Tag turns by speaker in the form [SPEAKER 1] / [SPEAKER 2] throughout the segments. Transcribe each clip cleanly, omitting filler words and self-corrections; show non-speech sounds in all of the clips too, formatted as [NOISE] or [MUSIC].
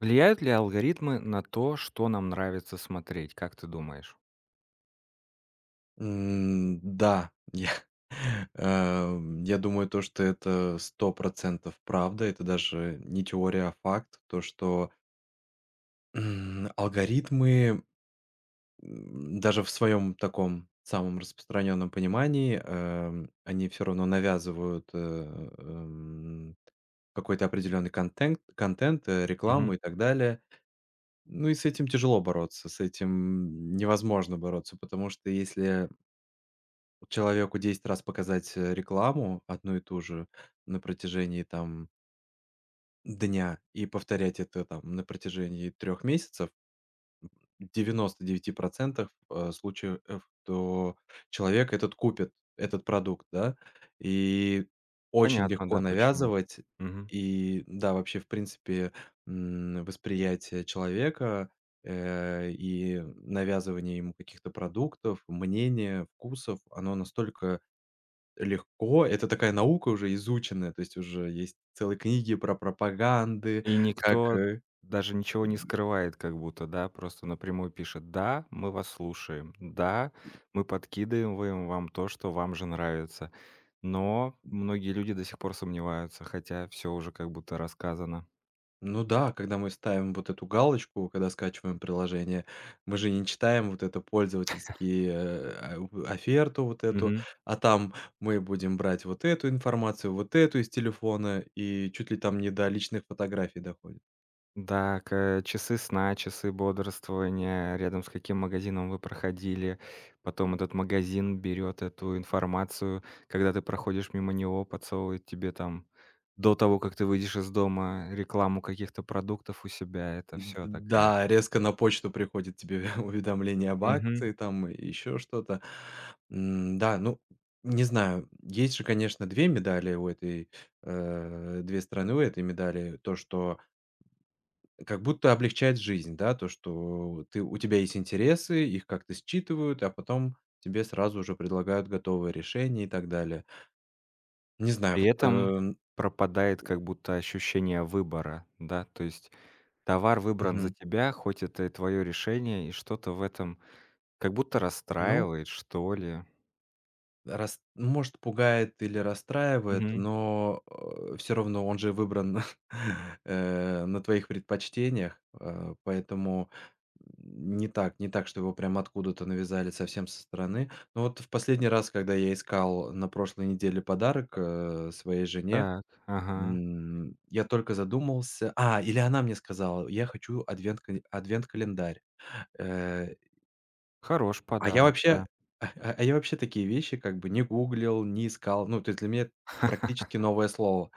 [SPEAKER 1] Влияют ли алгоритмы на то, что нам нравится смотреть, как ты думаешь?
[SPEAKER 2] Да, [LAUGHS] я думаю, то, что это 100% правда. Это даже не теория, а факт. То, что, алгоритмы, даже в своем таком самом распространенном понимании, они все равно навязывают, эм, какой-то определенный контент,
[SPEAKER 1] Мгм.
[SPEAKER 2] рекламу и так далее. Ну и с этим тяжело бороться, с этим невозможно бороться, потому что если человеку 10 раз показать, рекламу одну и ту же на протяжении, там, дня и повторять это, там, на протяжении 3 месяцев, в 99 случаев, то человек этот купит, этот продукт, да. И очень
[SPEAKER 1] Понятно,
[SPEAKER 2] легко
[SPEAKER 1] да, почему.
[SPEAKER 2] навязывать.
[SPEAKER 1] Мгм.
[SPEAKER 2] И да, вообще, в принципе, восприятие человека, и навязывание ему каких-то продуктов, мнения, вкусов, оно настолько легко. Это такая наука уже изученная, то есть уже есть целые книги про пропаганды,
[SPEAKER 1] И
[SPEAKER 2] как,
[SPEAKER 1] никто
[SPEAKER 2] э
[SPEAKER 1] даже ничего не скрывает как будто, да, просто напрямую пишет: "Да, мы вас слушаем. Да, мы подкидываем вам то, что вам же нравится". Но многие люди до сих пор сомневаются, хотя все уже как будто рассказано.
[SPEAKER 2] Ну да, когда мы ставим вот эту галочку, когда скачиваем приложение, мы же не читаем вот это пользовательские, в оферту вот эту, а там мы будем брать вот эту информацию, вот эту из телефона, и чуть ли там не до личных фотографий доходит.
[SPEAKER 1] Да, к часы сна, часы бодрствования, рядом с каким магазином вы проходили. Потом этот магазин берет эту информацию, когда ты проходишь мимо него, подсовывает тебе там до того, как ты выйдешь из дома, рекламу каких-то продуктов у себя. Это
[SPEAKER 2] Д
[SPEAKER 1] все такая.
[SPEAKER 2] да, резко на почту приходит тебе [LAUGHS] уведомление об
[SPEAKER 1] Мгм.
[SPEAKER 2] акции там и еще что-то. Да, ну, не знаю, есть же, конечно, 2 медали у этой, 2 стороны у этой медали. То, что как будто облегчает жизнь, да, то, что ты у тебя есть интересы, их как-то считывают, а потом тебе сразу же предлагают готовое решение и так далее. Не знаю,
[SPEAKER 1] При
[SPEAKER 2] вот,
[SPEAKER 1] этом пропадает как будто ощущение выбора, да, то есть товар выбран за
[SPEAKER 2] мгм.
[SPEAKER 1] тебя, хоть это и твое решение, и что-то в этом как будто
[SPEAKER 2] Ну
[SPEAKER 1] расстраивает, что ли.
[SPEAKER 2] Рас может, пугает или расстраивает, но, все равно он же выбран, [LAUGHS] на твоих предпочтениях, поэтому не так, что его прям откуда-то навязали совсем со стороны. Но вот в последний раз, когда я искал на прошлой неделе подарок, своей жене,
[SPEAKER 1] Так, ага.
[SPEAKER 2] я только задумался, или она мне сказала: "Я хочу адвент-календарь". Э
[SPEAKER 1] Хорош
[SPEAKER 2] а я
[SPEAKER 1] подарок, да.
[SPEAKER 2] вообще [LAUGHS] А я вообще такие вещи как бы не гуглил, не искал. Ну, то есть для меня это практически новое слово.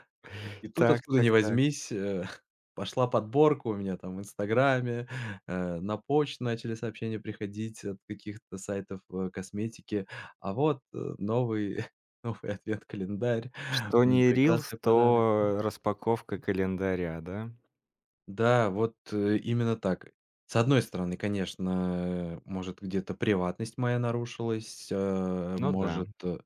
[SPEAKER 2] И тут
[SPEAKER 1] Так,
[SPEAKER 2] откуда ни
[SPEAKER 1] так, так.
[SPEAKER 2] возьмись, [LAUGHS] пошла подборка у меня там в "Инстаграме", [LAUGHS] на почту начали сообщения приходить от каких-то сайтов, косметики. А вот, новый [LAUGHS] новый ответ-календарь,
[SPEAKER 1] Что не рилс,
[SPEAKER 2] прекрасный подарок.
[SPEAKER 1] то распаковка календаря, да?
[SPEAKER 2] Да, вот, именно так. С одной стороны, конечно, может, где-то приватность моя нарушилась, э,
[SPEAKER 1] Ну да,
[SPEAKER 2] может, э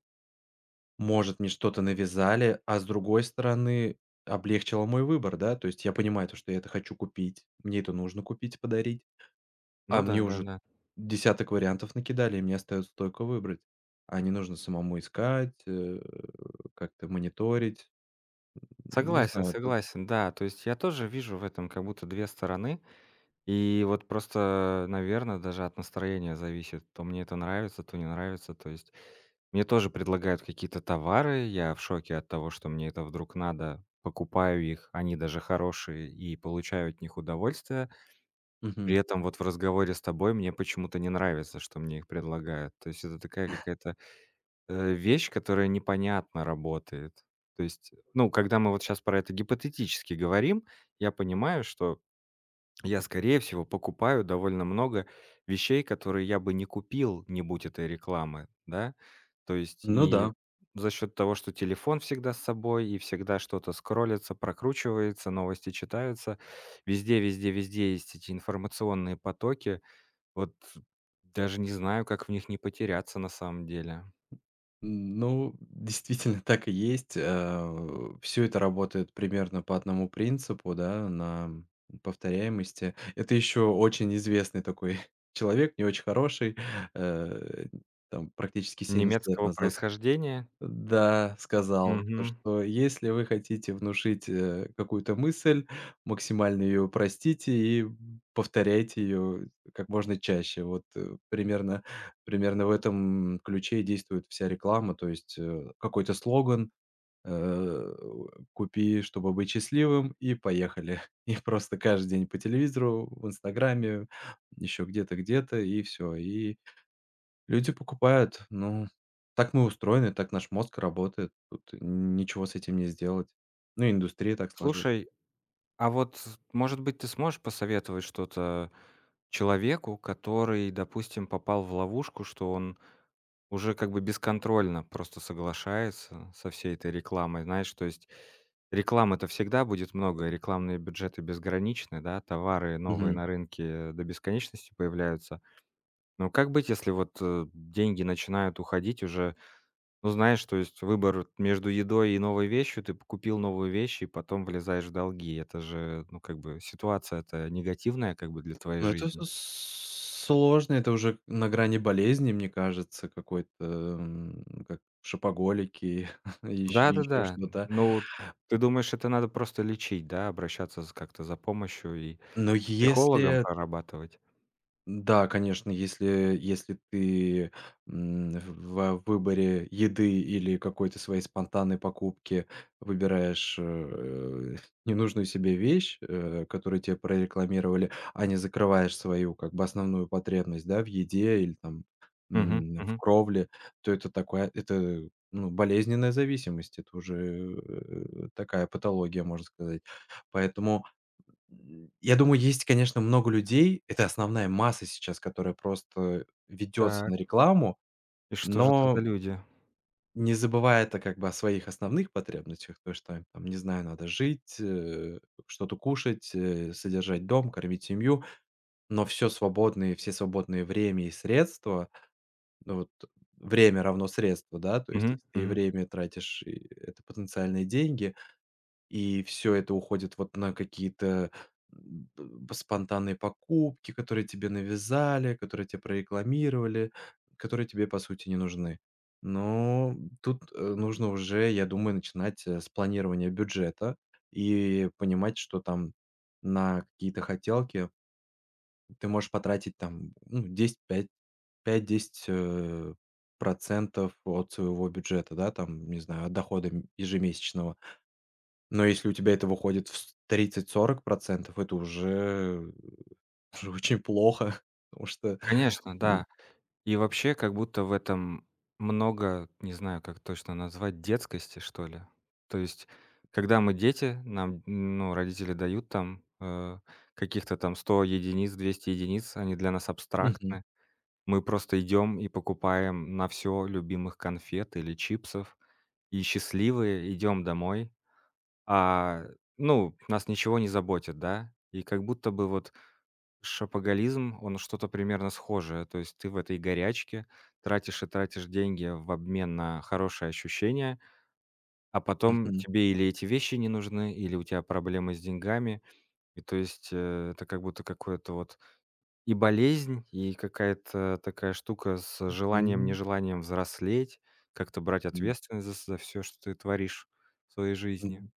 [SPEAKER 2] Может, мне что-то навязали, а с другой стороны, облегчило мой выбор, да. То есть я понимаю то, что я это хочу купить, мне это нужно купить, подарить, а
[SPEAKER 1] ну да,
[SPEAKER 2] мне уже
[SPEAKER 1] да-да.
[SPEAKER 2] десяток вариантов накидали, и мне остается только выбрать. А не нужно самому искать, как-то мониторить. Не
[SPEAKER 1] Согласен,
[SPEAKER 2] знаю, тут.
[SPEAKER 1] согласен, да. То есть я тоже вижу в этом как будто 2 стороны. И вот просто, наверное, даже от настроения зависит. То мне это нравится, то не нравится. То есть мне тоже предлагают какие-то товары. Я в шоке от того, что мне это вдруг надо. Покупаю их, они даже хорошие, и получаю от них удовольствие. При
[SPEAKER 2] Мгм.
[SPEAKER 1] этом вот в разговоре с тобой мне почему-то не нравится, что мне их предлагают. То есть это такая какая-то, вещь, которая непонятно работает. То есть, ну, когда мы вот сейчас про это гипотетически говорим, я понимаю, что я, скорее всего, покупаю довольно много вещей, которые я бы не купил, не будь этой рекламы, да. То есть
[SPEAKER 2] Ну
[SPEAKER 1] и
[SPEAKER 2] да.
[SPEAKER 1] за счет того, что телефон всегда с собой, и всегда что-то скроллится, прокручивается, новости читаются, везде везде везде есть эти информационные потоки. Вот даже не знаю, как в них не потеряться на самом деле.
[SPEAKER 2] Ну, действительно, так и есть. Все это работает примерно по одному принципу, да, на повторяемости. Это еще очень известный такой [LAUGHS] человек, не очень хороший, э, там практически 70 лет
[SPEAKER 1] Немецкого
[SPEAKER 2] назад,
[SPEAKER 1] происхождения?
[SPEAKER 2] да, сказал, то
[SPEAKER 1] Мгм.
[SPEAKER 2] что если вы хотите внушить, какую-то мысль, максимально ее простите и повторяйте ее как можно чаще. Вот, примерно в этом ключе и действует вся реклама. То есть, какой-то слоган, э, "Купи, чтобы быть счастливым", и поехали. [LAUGHS] И просто каждый день по телевизору, в "Инстаграме", еще где-то, где-то, и все. И люди покупают, ну, так мы устроены, так наш мозг работает, тут ничего с этим не сделать. Ну, индустрия так сложилась.
[SPEAKER 1] Слушай, а вот, может быть, ты сможешь посоветовать что-то человеку, который, допустим, попал в ловушку, что он уже как бы бесконтрольно просто соглашается со всей этой рекламой. Знаешь, то есть рекламы-то всегда будет много, рекламные бюджеты безграничны, да, товары новые
[SPEAKER 2] Мгм.
[SPEAKER 1] на рынке до бесконечности появляются. Но как быть, если вот деньги начинают уходить уже. Ну, знаешь, то есть выбор между едой и новой вещью, ты купил новую вещь и потом влезаешь в долги. Это же, ну, как бы ситуация-то негативная как бы для твоей
[SPEAKER 2] Но это
[SPEAKER 1] жизни.
[SPEAKER 2] с сложно, это уже на грани болезни, мне кажется, какой-то, как шопоголики, [LAUGHS] ещ еще
[SPEAKER 1] Да-да-да.
[SPEAKER 2] что-то.
[SPEAKER 1] Ну, ты думаешь, это надо просто лечить, да, обращаться з как-то за помощью и
[SPEAKER 2] Но
[SPEAKER 1] психологом
[SPEAKER 2] если
[SPEAKER 1] прорабатывать?
[SPEAKER 2] Да, конечно, если ты, в выборе еды или какой-то своей спонтанной покупки выбираешь, [LAUGHS] ненужную себе вещь, которую тебе прорекламировали, а не закрываешь свою как бы основную потребность, да, в еде или там,
[SPEAKER 1] Мгм,
[SPEAKER 2] в
[SPEAKER 1] мгм.
[SPEAKER 2] кровле, то это такое это, ну, болезненная зависимость. Это уже, такая патология, можно сказать. Поэтому я думаю, есть, конечно, много людей. Это основная масса сейчас, которая просто ведется
[SPEAKER 1] Так,
[SPEAKER 2] на рекламу,
[SPEAKER 1] и что же это за
[SPEAKER 2] но
[SPEAKER 1] люди?
[SPEAKER 2] не забывая это как бы о своих основных потребностях, то, что им там, не знаю, надо жить, что-то кушать, содержать дом, кормить семью, но все свободное время и средства, ну вот время равно средства, да, то есть
[SPEAKER 1] Мгм,
[SPEAKER 2] если ты и
[SPEAKER 1] мгм.
[SPEAKER 2] время тратишь, и это потенциальные деньги. И все это уходит вот на какие-то, м, б спонтанные покупки, которые тебе навязали, которые тебе прорекламировали, которые тебе, по сути, не нужны. Но тут, нужно уже, я думаю, начинать, с планирования бюджета и понимать, что там на какие-то хотелки ты можешь потратить там, ну, 10, 5 5-10, процентов от своего бюджета, да, там, не знаю, от дохода ежемесячного. Но если у тебя это выходит в 30-40%, это уже [LAUGHS] уже очень плохо, [LAUGHS] потому что,
[SPEAKER 1] Конечно,
[SPEAKER 2] м,
[SPEAKER 1] да. И вообще, как будто в этом много, не знаю, как точно назвать, детскости, что ли. То есть, когда мы дети, нам, ну, родители дают там, каких-то там 100 единиц, 200 единиц, они для нас
[SPEAKER 2] мгм,
[SPEAKER 1] абстрактны. Мы просто идем и покупаем на все любимых конфет или чипсов, и счастливые идем домой. А, ну, нас ничего не заботит, да? И как будто бы вот шопоголизм, он что-то примерно схожее. То есть ты в этой горячке тратишь и тратишь деньги в обмен на хорошее ощущение, а потом
[SPEAKER 2] мгм,
[SPEAKER 1] тебе или эти вещи не нужны, или у тебя проблемы с деньгами. И то есть это как будто какое-то вот и болезнь, и какая-то такая штука с желанием, нежеланием взрослеть, как-то брать
[SPEAKER 2] м,
[SPEAKER 1] ответственность за, все, что ты творишь в своей жизни.
[SPEAKER 2] м.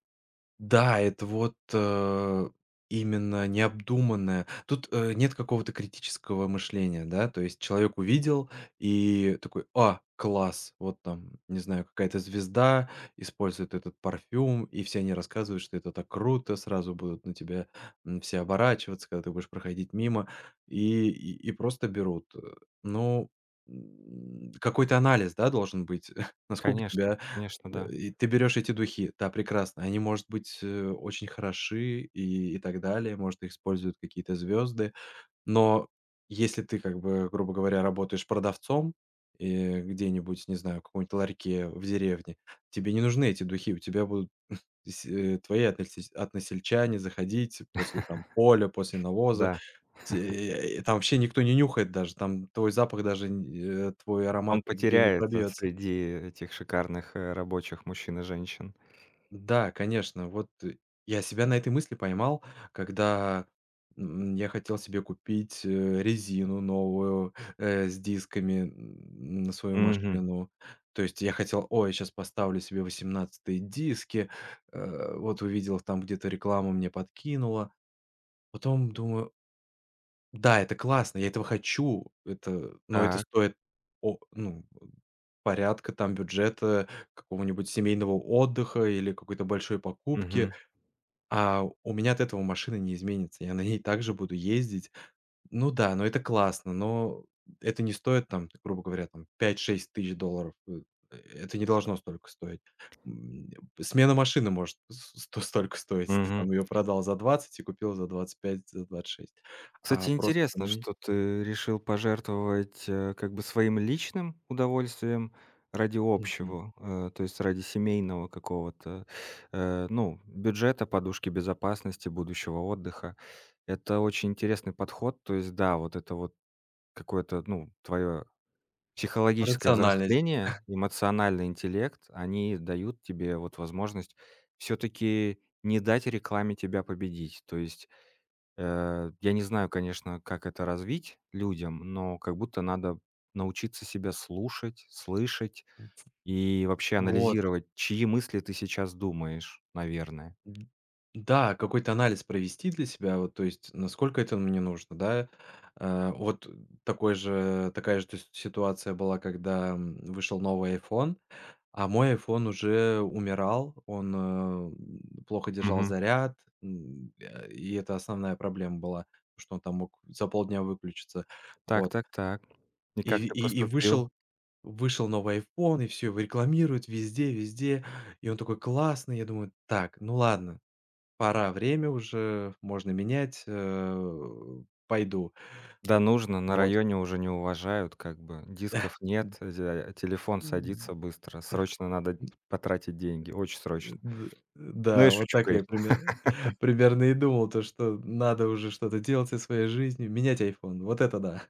[SPEAKER 2] Да, это вот, именно необдуманное. Тут, нет какого-то критического мышления, да. То есть человек увидел и такой: "А, класс!" Вот там, не знаю, какая-то звезда использует этот парфюм, и все они рассказывают, что это так круто, сразу будут на тебя, все оборачиваться, когда ты будешь проходить мимо, и просто берут. Ну, какой-то анализ, да, должен быть, [LAUGHS] насколько
[SPEAKER 1] Конечно,
[SPEAKER 2] тебя.
[SPEAKER 1] конечно, да.
[SPEAKER 2] И ты берешь эти духи, да, прекрасно. Они, может быть, очень хороши и так далее, может, их используют какие-то звезды. Но если ты, как бы, грубо говоря, работаешь продавцом, где-нибудь, не знаю, в каком-нибудь ларьке в деревне, тебе не нужны эти духи. У тебя будут твои односельс односельчане заходить после, там, поля, после навоза.
[SPEAKER 1] Да.
[SPEAKER 2] Там вообще никто не нюхает даже, там твой запах даже нь э, твой
[SPEAKER 1] Он
[SPEAKER 2] аромат нигде не
[SPEAKER 1] потеряется
[SPEAKER 2] пробьется.
[SPEAKER 1] среди этих шикарных, рабочих мужчин и женщин.
[SPEAKER 2] Да, конечно. Вот, я себя на этой мысли поймал, когда, я хотел себе купить, резину новую, с дисками, на свою
[SPEAKER 1] Мгм.
[SPEAKER 2] машину. То есть я хотел: "Ой, сейчас поставлю себе 18-е диски". Вот увидел там где-то рекламу, мне подкинула. Потом думаю: "Да, это классно, я этого хочу". Но это
[SPEAKER 1] Так.
[SPEAKER 2] стоит, о ну, порядка там бюджета какого-нибудь семейного отдыха или какой-то большой покупки.
[SPEAKER 1] Мгм.
[SPEAKER 2] А у меня от этого машина не изменится. Я на ней также буду ездить. Ну да, но это классно, но это не стоит там, грубо говоря, там 5-6 тысяч долларов. Это не должно столько стоить. М, Смена машины может столько стоить. Ты
[SPEAKER 1] Мгм.
[SPEAKER 2] там ее продал за 20 и купил за 25, за 26.
[SPEAKER 1] Кстати,
[SPEAKER 2] А просто
[SPEAKER 1] интересно,
[SPEAKER 2] поменять.
[SPEAKER 1] что ты решил пожертвовать, как бы своим личным удовольствием ради
[SPEAKER 2] Мгм.
[SPEAKER 1] общего, то есть ради семейного какого-то, ну, бюджета, подушки безопасности, будущего отдыха. Это очень интересный подход. То есть да, вот это вот какое-то, ну, твое психологическое
[SPEAKER 2] Рациональность.
[SPEAKER 1] взросление, эмоциональный интеллект, они дают тебе вот возможность все таки не дать рекламе тебя победить. То есть, я не знаю, конечно, как это развить людям, но как будто надо научиться себя слушать, слышать и вообще
[SPEAKER 2] Вот,
[SPEAKER 1] анализировать, чьи мысли ты сейчас думаешь, наверное.
[SPEAKER 2] Д да, какой-то анализ провести для себя, вот, то есть насколько это мне нужно, да. Вот такой же такая же, то есть ситуация была, когда, вышел новый iPhone, а мой iPhone уже умирал, он, плохо держал
[SPEAKER 1] Мгм.
[SPEAKER 2] заряд, и это основная проблема была, что он там мог за полдня выключиться.
[SPEAKER 1] Так,
[SPEAKER 2] Вот.
[SPEAKER 1] так, так. И как
[SPEAKER 2] И
[SPEAKER 1] ты
[SPEAKER 2] и и
[SPEAKER 1] поступил?
[SPEAKER 2] вышел вышел новый iPhone, и все, его рекламируют везде везде, и он такой классный. Я думаю: "Так, ну ладно, пора, время уже, можно менять, пойду".
[SPEAKER 1] Да, нужно, на
[SPEAKER 2] Вот.
[SPEAKER 1] районе уже не уважают, как бы. Дисков нет,
[SPEAKER 2] М,
[SPEAKER 1] телефон садится быстро, срочно надо потратить деньги, очень
[SPEAKER 2] э,
[SPEAKER 1] срочно.
[SPEAKER 2] д
[SPEAKER 1] Ну, я
[SPEAKER 2] да, вот
[SPEAKER 1] шучу,
[SPEAKER 2] так я
[SPEAKER 1] конечно.
[SPEAKER 2] пример [LAUGHS] примерно и думал, то что надо уже что-то делать со своей жизнью, менять iPhone. Вот это да.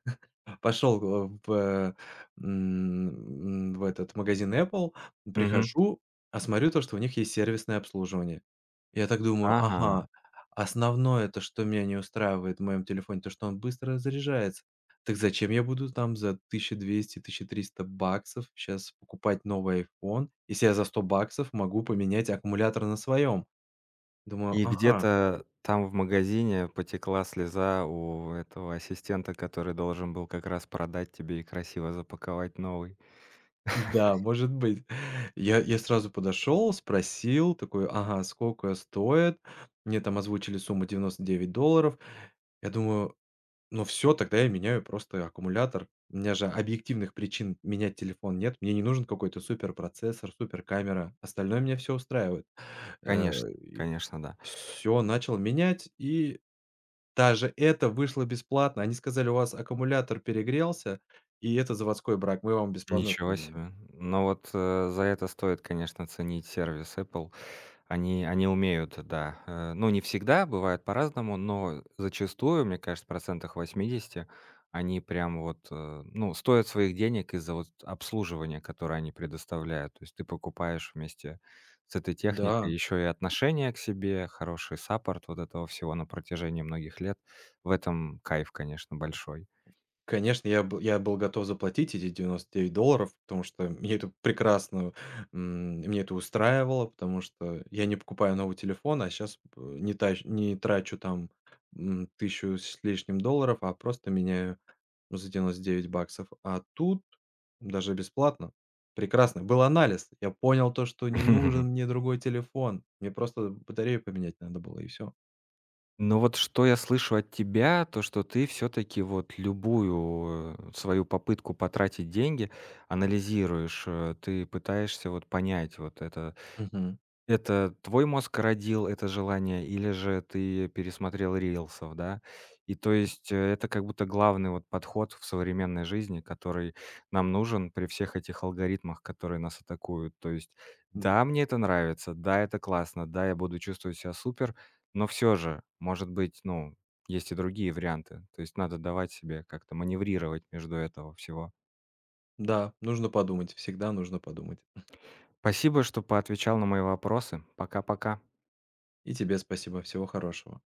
[SPEAKER 2] Пошел, в этот магазин Apple,
[SPEAKER 1] Мгм.
[SPEAKER 2] прихожу, а смотрю то, что у них есть сервисное обслуживание. Я так думаю:
[SPEAKER 1] Ага.
[SPEAKER 2] "Ага, основное то, что меня не устраивает в моем телефоне, то, что он быстро заряжается. Так зачем я буду там за 1200 1300 баксов сейчас покупать новый iPhone, если я за 100 баксов могу поменять аккумулятор на своем?" Думаю:
[SPEAKER 1] И
[SPEAKER 2] "Ага".
[SPEAKER 1] где-то там в магазине потекла слеза у этого ассистента, который должен был как раз продать тебе и красиво запаковать новый.
[SPEAKER 2] Да, может быть. Я сразу подошел, спросил, такой: "Ага, сколько стоит?" Мне там озвучили сумму 99 долларов. Я думаю: "Ну все, тогда я меняю просто аккумулятор". У меня же объективных причин менять телефон нет. Мне не нужен какой-то супер процессор, супер камера. Остальное меня все устраивает. Все,
[SPEAKER 1] Конечно, конечно, да.
[SPEAKER 2] начал менять, и даже это вышло бесплатно. Они сказали: "У вас аккумулятор перегрелся, и это заводской брак. Мы вам бесплатно
[SPEAKER 1] Ничего
[SPEAKER 2] поменяем".
[SPEAKER 1] себе. Но вот, за это стоит, конечно, ценить сервис Apple. Они умеют, да, ну, не всегда, бывает по-разному, но зачастую, мне кажется, в процентах 80 они прям вот, ну, стоят своих денег из-за вот обслуживания, которое они предоставляют. То есть ты покупаешь вместе с этой техникой
[SPEAKER 2] Да.
[SPEAKER 1] еще и отношение к себе, хороший саппорт вот этого всего на протяжении многих лет. В этом кайф, конечно, большой.
[SPEAKER 2] Конечно, я был готов заплатить эти 99 долларов, потому что мне это прекрасно, меня это устраивало, потому что я не покупаю новый телефон, а сейчас не трачу там, 1 с лишним долларов, а просто меняю за 99 баксов. А тут даже бесплатно. Прекрасно. Был анализ. Я понял то, что не нужен
[SPEAKER 1] [LAUGHS]
[SPEAKER 2] мне другой телефон. Мне просто батарею поменять надо было и все.
[SPEAKER 1] Но вот что я слышу от тебя, то что ты все таки вот любую, свою попытку потратить деньги анализируешь, ты пытаешься вот понять вот это
[SPEAKER 2] Мгм.
[SPEAKER 1] это твой мозг родил это желание или же ты пересмотрел рилсов, да? И то есть, это как будто главный вот подход в современной жизни, который нам нужен при всех этих алгоритмах, которые нас атакуют. То есть,
[SPEAKER 2] М,
[SPEAKER 1] да, мне это нравится, да, это классно, да, я буду чувствовать себя супер, но все же, может быть, ну, есть и другие варианты. То есть надо давать себе как-то маневрировать между этого всего.
[SPEAKER 2] да, нужно подумать, всегда нужно подумать.
[SPEAKER 1] Спасибо, что поотвечал на мои вопросы. Пока-пока.
[SPEAKER 2] И тебе спасибо. Всего хорошего.